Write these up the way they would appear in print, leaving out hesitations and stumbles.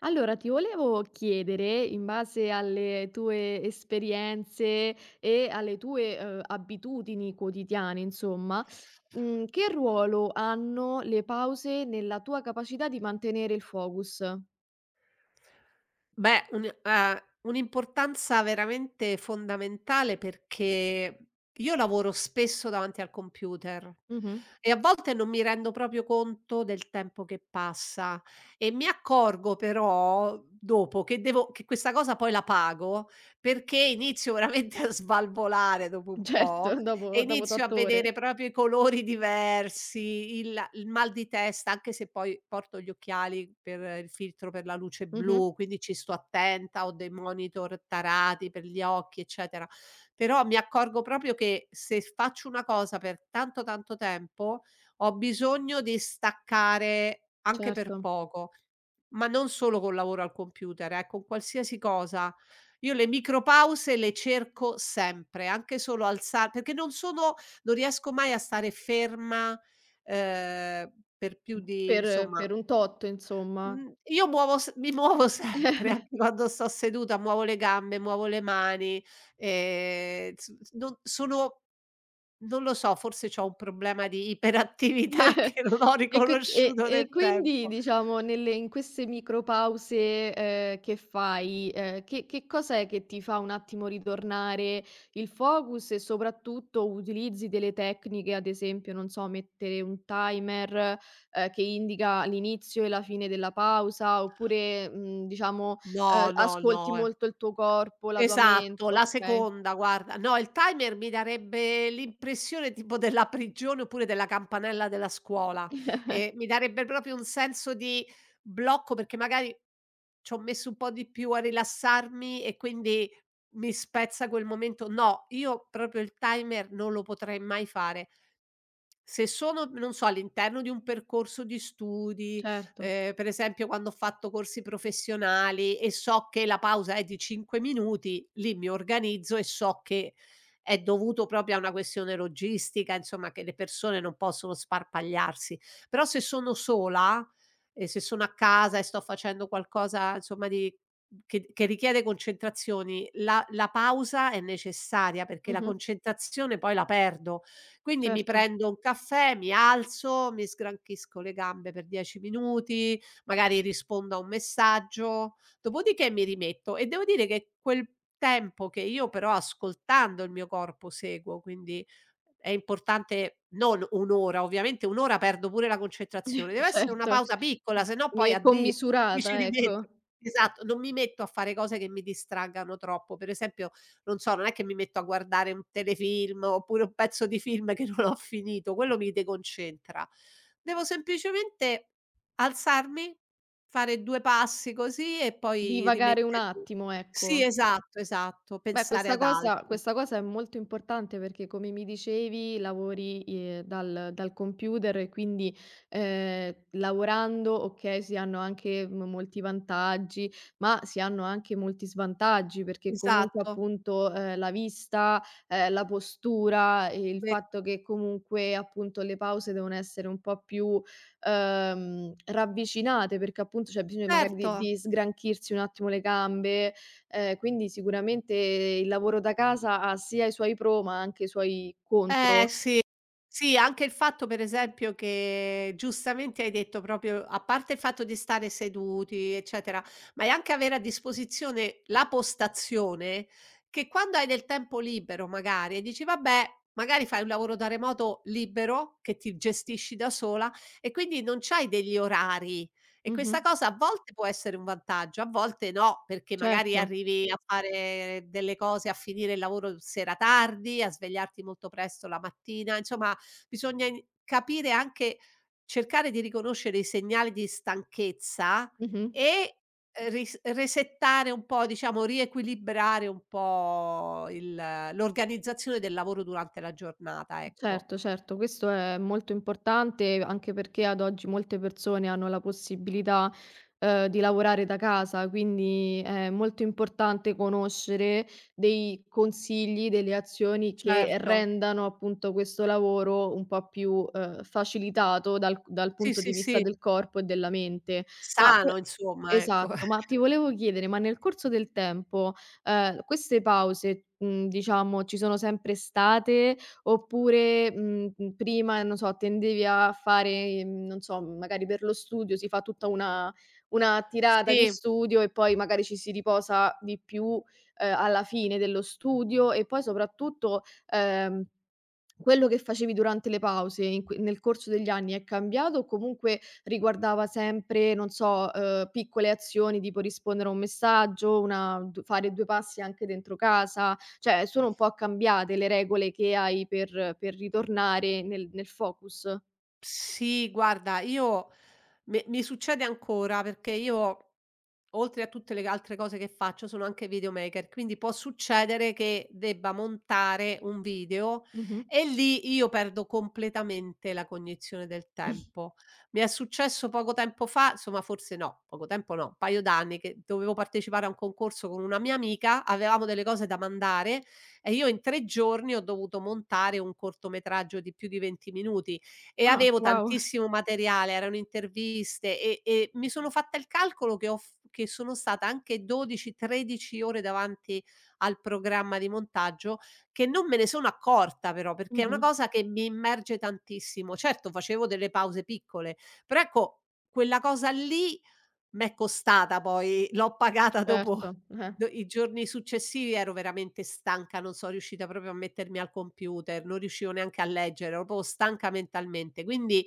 Allora, ti volevo chiedere, in base alle tue esperienze e alle tue, abitudini quotidiane insomma, che ruolo hanno le pause nella tua capacità di mantenere il focus? Beh, un'importanza veramente fondamentale perché io lavoro spesso davanti al computer Mh-mh. e a volte non mi rendo proprio conto del tempo che passa e mi accorgo però dopo che questa cosa poi la pago, perché inizio veramente a svalvolare dopo un po'. Certo, E dopo inizio a 8 ore. vedere proprio i colori diversi, il mal di testa, anche se poi porto gli occhiali per il filtro per la luce Mh-mh. blu, quindi ci sto attenta, ho dei monitor tarati per gli occhi, eccetera. Però mi accorgo proprio che se faccio una cosa per tanto, tanto tempo, ho bisogno di staccare anche Certo. per poco, ma non solo col lavoro al computer, con qualsiasi cosa. Io le micropause le cerco sempre, anche solo alza perché non riesco mai a stare ferma, ehm, per più di Per insomma, per un tot insomma. mhmm, io muovo s mi muovo sempre, anche quando sto seduta, muovo le gambe, muovo le mani, s s non sono non lo so, forse c'ho un problema di iperattività che non ho E qui e riconosciuto e nel quindi tempo. diciamo nelle in queste micro pause, che fai, che cos'è che ti fa un attimo ritornare il focus e soprattutto utilizzi delle tecniche, ad esempio, non so, mettere un timer, che indica l'inizio e la fine della pausa oppure, diciamo, No, no, ascolti no, eh. molto il tuo corpo, la tua mente, Esatto, la okay, seconda guarda. No, il timer mi darebbe l'impressione tipo della prigione oppure della campanella della scuola, mi darebbe proprio un senso di blocco perché magari c'ho messo un po' di più a rilassarmi e quindi mi spezza quel momento. No, io proprio il timer non lo potrei mai fare. Se sono, non so, all'interno di un percorso di studi, certo. Per esempio quando ho fatto corsi professionali e so che la pausa è di 5 minuti, lì mi organizzo e so che è dovuto proprio a una questione logistica, insomma che le persone non possono sparpagliarsi. Però se sono sola e se sono a casa e sto facendo qualcosa insomma di che richiede concentrazioni, la pausa è necessaria perché la Mh-mh, concentrazione poi la perdo. Quindi mi certo. prendo un caffè, mi alzo, mi sgranchisco le gambe per 10 minuti, magari rispondo a un messaggio, dopodiché mi rimetto e devo dire che quel tempo che io però ascoltando il mio corpo seguo, quindi è importante non 1 ora, ovviamente 1 ora perdo pure la concentrazione, deve essere una Certo, pausa piccola, se no mi poi è addio, mi ci commisurata, rimetto. ecco. Esatto, non mi metto a fare cose che mi distraggano troppo. Per esempio non so, non è che mi metto a guardare un telefilm oppure un pezzo di film che non ho finito, quello mi deconcentra. Devo semplicemente alzarmi, fare 2 passi così e poi Divagare un rimettermi, attimo, ecco. sì, esatto, esatto, Beh, pensare questa ad cosa altro. questa cosa è molto importante perché, come mi dicevi, lavori, dal computer e quindi, lavorando, okay, si hanno anche m molti vantaggi, ma si hanno anche molti svantaggi perché comunque, Esatto. appunto, la vista, la postura, e il Ve fatto che comunque, appunto, le pause devono essere un po' più, ravvicinate perché, appunto, c'è bisogno magari certo. di sgranchirsi un attimo le gambe. Quindi sicuramente il lavoro da casa ha sia i suoi pro, ma anche i suoi Eh contro. sì, sì, anche il fatto per esempio che giustamente hai detto proprio a parte il fatto di stare seduti, eccetera, ma è anche avere a disposizione la postazione che quando hai del tempo libero magari e dici: "Vabbè, magari fai un lavoro da remoto libero che ti gestisci da sola e quindi non c'hai degli orari." E Mh-mh. questa cosa a volte può essere un vantaggio, a volte no, perché magari Certo. arrivi a fare delle cose, a finire il lavoro sera tardi, a svegliarti molto presto la mattina, insomma bisogna in capire anche cercare di riconoscere i segnali di stanchezza Mh-mh. e, ris resettare un po', diciamo riequilibrare un po' il l'organizzazione del lavoro durante la giornata, ecco. Certo, certo, questo è molto importante anche perché ad oggi molte persone hanno la possibilità, di lavorare da casa, quindi è molto importante conoscere dei consigli, delle azioni che Certo. rendano appunto questo lavoro un po' più, facilitato dal Sì, punto di sì, vista sì, del corpo e della mente. Ma sano que insomma, ecco. Esatto, ma ti volevo chiedere, ma nel corso del tempo, queste pause, diciamo, ci sono sempre state oppure, prima, non so, tendevi a fare, non so, magari per lo studio si fa tutta una tirata di Sì. studio e poi magari ci si riposa di più, alla fine dello studio e poi soprattutto, ehm quello che facevi durante le pause in que nel corso degli anni è cambiato o comunque riguardava sempre, non so, piccole azioni tipo rispondere a un messaggio, una d fare 2 passi anche dentro casa? Cioè, sono un po' cambiate le regole che hai per ritornare nel focus? Sì, guarda, io me mi succede ancora perché io, oltre a tutte le altre cose che faccio, sono anche videomaker, quindi può succedere che debba montare un video Mh-mh. e lì io perdo completamente la cognizione del tempo. Mi è successo poco tempo fa, insomma forse no, poco tempo no, un paio d'anni che dovevo partecipare a un concorso con una mia amica, avevamo delle cose da mandare e io in 3 giorni ho dovuto montare un cortometraggio di più di 20 minuti e Ah, avevo wow. tantissimo materiale, erano interviste e mi sono fatta il calcolo che ho f che sono stata anche 12, 13 ore davanti al programma di montaggio, che non me ne sono accorta però, perché è una Mh-mh. cosa che mi immerge tantissimo. Certo facevo delle pause piccole, però ecco, quella cosa lì m'è costata poi, l'ho pagata dopo Certo, eh. do i giorni successivi ero veramente stanca, non so riuscita proprio a mettermi al computer, non riuscivo neanche a leggere, ero proprio stanca mentalmente. Quindi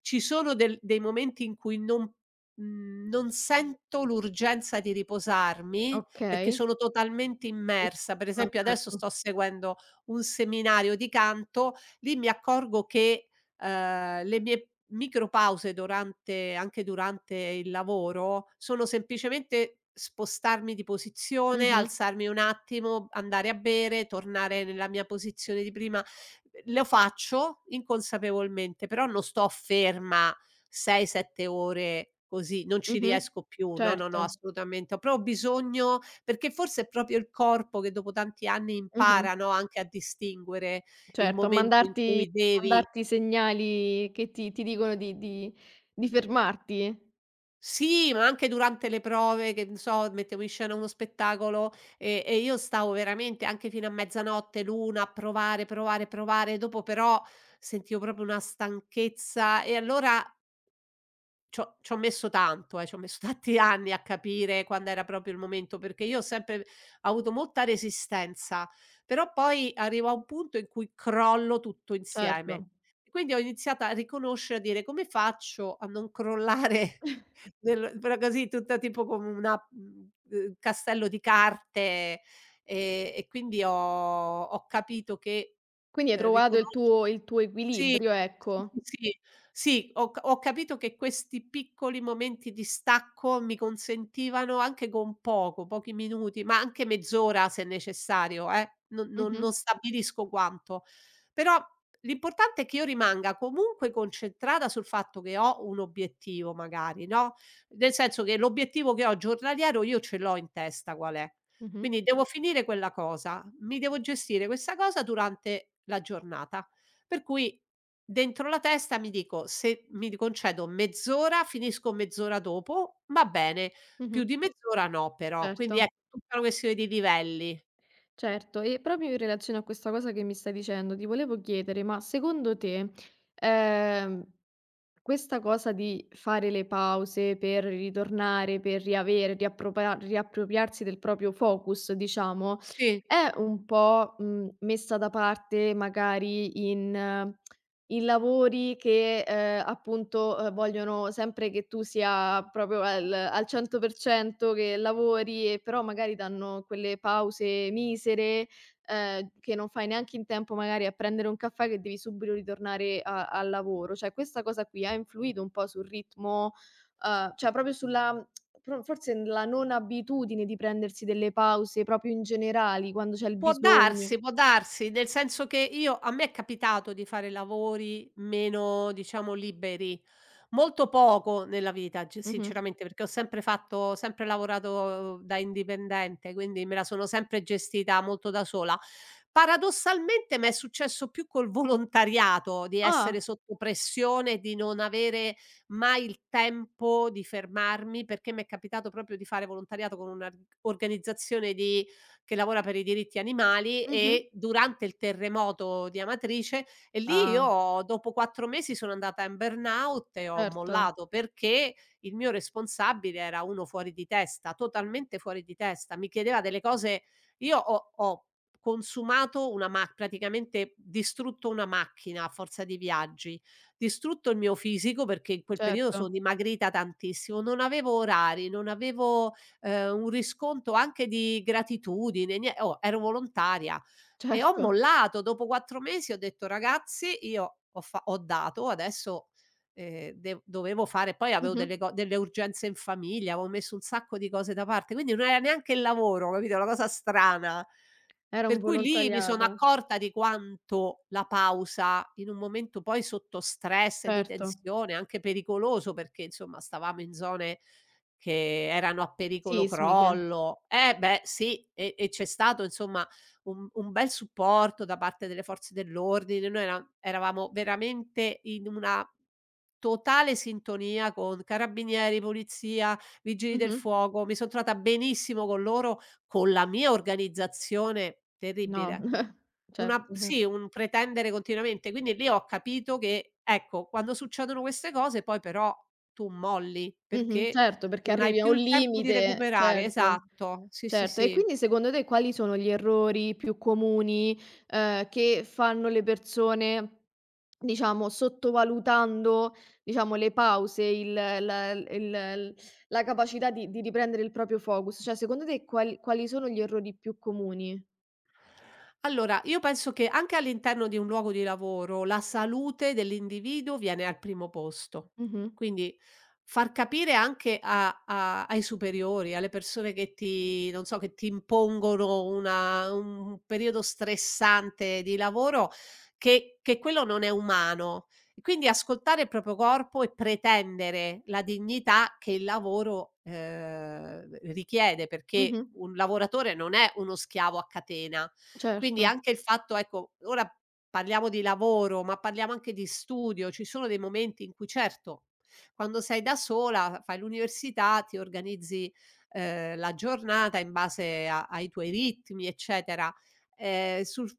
ci sono del dei momenti in cui non sento l'urgenza di riposarmi, perché Okay. sono totalmente I immersa. Per ah, esempio adesso certo. sto seguendo un seminario di canto, lì mi accorgo che le mie micropause durante anche durante il lavoro sono semplicemente spostarmi di posizione, Mh-mh. alzarmi un attimo, andare a bere, tornare nella mia posizione di prima. Lo faccio inconsapevolmente, però non sto ferma 6, 7 ore così, non ci Mh-mh. riesco più. No, no, Certo. no, assolutamente. Ho proprio bisogno perché forse è proprio il corpo che dopo tanti anni Mh-mh. impara, no, anche a distinguere il Certo, a momento in mandarti cui devi. Segnali che ti dicono di fermarti, Sì, ma anche durante le prove che ne so, mettevo in scena uno spettacolo e io stavo veramente anche fino a mezzanotte, l'1 a provare, provare, provare, dopo però sentivo proprio una stanchezza e allora c'ho messo tanto, c'ho messo tanti anni a capire quando era proprio il momento, perché io ho sempre avuto molta resistenza, però poi arrivo a un punto in cui crollo tutto insieme. certo. Quindi ho iniziato a riconoscere, a dire: "Come faccio a non crollare nel però così tutta tipo come una castello di carte?" E quindi ho capito che, Quindi hai trovato il riconosc tuo il tuo sì, equilibrio, sì, ecco. sì, sì. Sì, ho capito che questi piccoli momenti di stacco mi consentivano anche con poco, pochi minuti, ma anche mezz'ora se necessario, non non Mh-mh, non stabilisco quanto. Però l'importante è che io rimanga comunque concentrata sul fatto che ho un obiettivo magari, no, nel senso che l'obiettivo che ho giornaliero io ce l'ho in testa qual è. mh-mh, Quindi devo finire quella cosa, mi devo gestire questa cosa durante la giornata. Per cui dentro la testa mi dico: "Se mi concedo mezz'ora, finisco mezz'ora dopo, va bene, più mh-mh, di mezz'ora no però". certo, Quindi ecco, tutta una questione di livelli. certo. E proprio in relazione a questa cosa che mi stai dicendo, ti volevo chiedere, ma secondo te, ehm questa cosa di fare le pause per ritornare, per riavere, riappropriarsi del proprio focus, diciamo, Sì. è un po', messa da parte magari in lavori che, appunto, vogliono sempre che tu sia proprio al 100% che lavori e però magari danno quelle pause misere, che non fai neanche in tempo magari a prendere un caffè che devi subito ritornare a al lavoro. Cioè questa cosa qui ha influito un po' sul ritmo, cioè proprio sulla pro forse la non abitudine di prendersi delle pause proprio in generali quando c'è il bisogno. Può darsi, nel senso che io a me è capitato di fare lavori meno, diciamo, liberi, molto poco nella vita, g Mh-mh. sinceramente, perché ho sempre lavorato da indipendente, quindi me la sono sempre gestita molto da sola. Paradossalmente m'è successo più col volontariato, di essere Ah, sotto pressione, di non avere mai il tempo di fermarmi, perché mi è capitato proprio di fare volontariato con un'ar organizzazione di che lavora per i diritti animali mh-mh. e durante il terremoto di Amatrice e lì Ah, io dopo 4 mesi sono andata in burnout e ho certo, mollato perché il mio responsabile era uno fuori di testa, totalmente fuori di testa. Mi chiedeva delle cose. Io ho consumato una ma praticamente distrutto una macchina a forza di viaggi, distrutto il mio fisico perché in quel periodo sono certo, dimagrita tantissimo, non avevo orari, non avevo un riscontro anche di gratitudine, nie oh, ero volontaria e ho certo. mollato. Dopo 4 mesi ho detto: "Ragazzi, io ho dato, adesso, dev dovevo fare" poi avevo Mh-mh. Delle urgenze in famiglia, avevo messo un sacco di cose da parte, quindi non era neanche il lavoro, capito, una cosa strana. Era un Per cui lì mi sono volontariato. accorta di quanto la pausa, in un momento poi sotto stress, di Certo. tensione, anche pericoloso, perché insomma stavamo in zone che erano a pericolo Sismiche. crollo. Eh beh sì, e c'è stato insomma un bel supporto da parte delle forze dell'ordine. Noi eravamo veramente in una totale sintonia con carabinieri, polizia, vigili del Mh-mh. fuoco. Mi son trovata benissimo con loro, con la mia organizzazione No, terribile. Una certo, certo. sì, un pretendere continuamente. Quindi lì ho capito che, ecco, quando succedono queste cose poi però tu molli, Mh-mh, perché certo, perché non hai arrivi a più un il tempo di limite, recuperare. certo, Esatto. Sì, sì, certo. E sì. quindi secondo te quali sono gli errori più comuni, che fanno le persone, diciamo, sottovalutando, diciamo, le pause, il la il l la capacità di riprendere il proprio focus? Cioè, secondo te, quali sono gli errori più comuni? Allora, io penso che anche all'interno di un luogo di lavoro la salute dell'individuo viene al primo posto. Mh-mh, Quindi far capire anche ai superiori, alle persone che ti, non so, che ti impongono un periodo stressante di lavoro, che quello non è umano. E quindi ascoltare il proprio corpo e pretendere la dignità che il lavoro richiede, perché mh-mh, un lavoratore non è uno schiavo a catena. Quindi certo, anche il fatto ecco, ora parliamo di lavoro, ma parliamo anche di studio, ci sono dei momenti in cui certo, quando sei da sola, fai l'università, ti organizzi, la giornata in base a ai tuoi ritmi, eccetera. Sul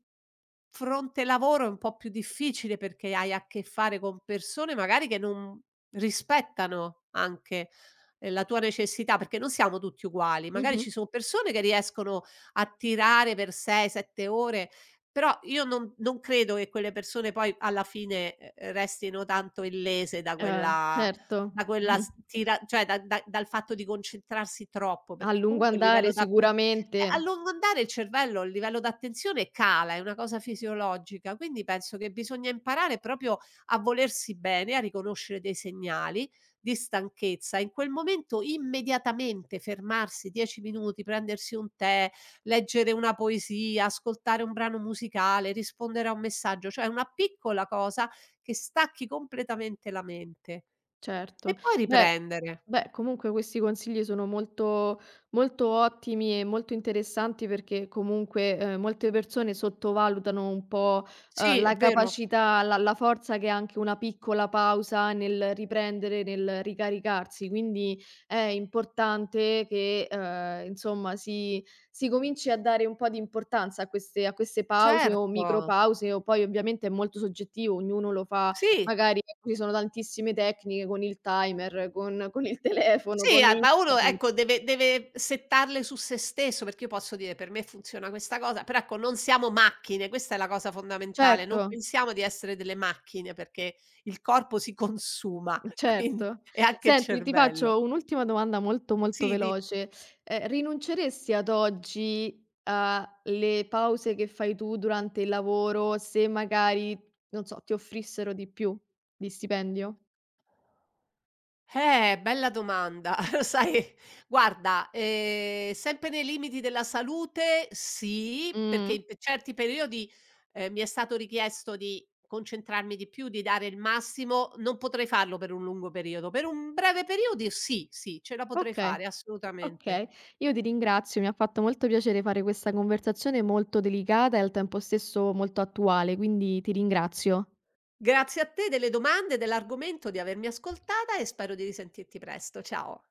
fronte lavoro è un po' più difficile perché hai a che fare con persone magari che non rispettano anche, la tua necessità, perché non siamo tutti uguali. Magari mh-mh, ci sono persone che riescono a tirare per 6, 7 ore, però io non credo che quelle persone poi alla fine, restino tanto illese certo, da quella mh-mh. s tira cioè da da dal fatto di concentrarsi troppo, A perché lungo comunque il andare livello d'atten sicuramente. a lungo andare il cervello, il livello d'attenzione cala, è una cosa fisiologica, quindi penso che bisogna imparare proprio a volersi bene, a riconoscere dei segnali di stanchezza. In quel momento immediatamente fermarsi 10 minuti, prendersi un tè, leggere una poesia, ascoltare un brano musicale, rispondere a un messaggio, cioè una piccola cosa che stacchi completamente la mente Certo. e poi Beh riprendere. beh, comunque questi consigli sono molto molto ottimi e molto interessanti perché comunque, molte persone sottovalutano un po', Sì, è la vero. capacità, la forza che ha anche una piccola pausa nel riprendere, nel ricaricarsi. Quindi è importante che, insomma, si cominci a dare un po' di importanza a queste pause o Certo. micropause o poi ovviamente è molto soggettivo, ognuno lo fa. Sì, Magari ecco, ci sono tantissime tecniche con il timer, con il telefono, sì, con a ma uno internet. ecco deve settarle su se stesso, perché io posso dire: "Per me funziona questa cosa", però ecco non siamo macchine, questa è la cosa fondamentale, Certo, non pensiamo di essere delle macchine perché il corpo si consuma, quindi certo. e anche il Senti, ti cervello. faccio un'ultima domanda molto, molto Sì, di veloce. Rinunceresti ad oggi a le pause che fai tu durante il lavoro se magari, non so, ti offrissero di più di stipendio? Bella domanda. Lo sai, guarda, sempre nei limiti della salute sì, perché Mh. in pe certi periodi, mi è stato richiesto di concentrarmi di più, di dare il massimo. Non potrei farlo per un lungo periodo. Per un breve periodo sì, sì, ce la potrei Okay, fare assolutamente. okay. Io ti ringrazio, mi ha fatto molto piacere fare questa conversazione molto delicata e al tempo stesso molto attuale, quindi ti ringrazio. Grazie a te delle domande, dell'argomento, di avermi ascoltata e spero di risentirti presto. Ciao.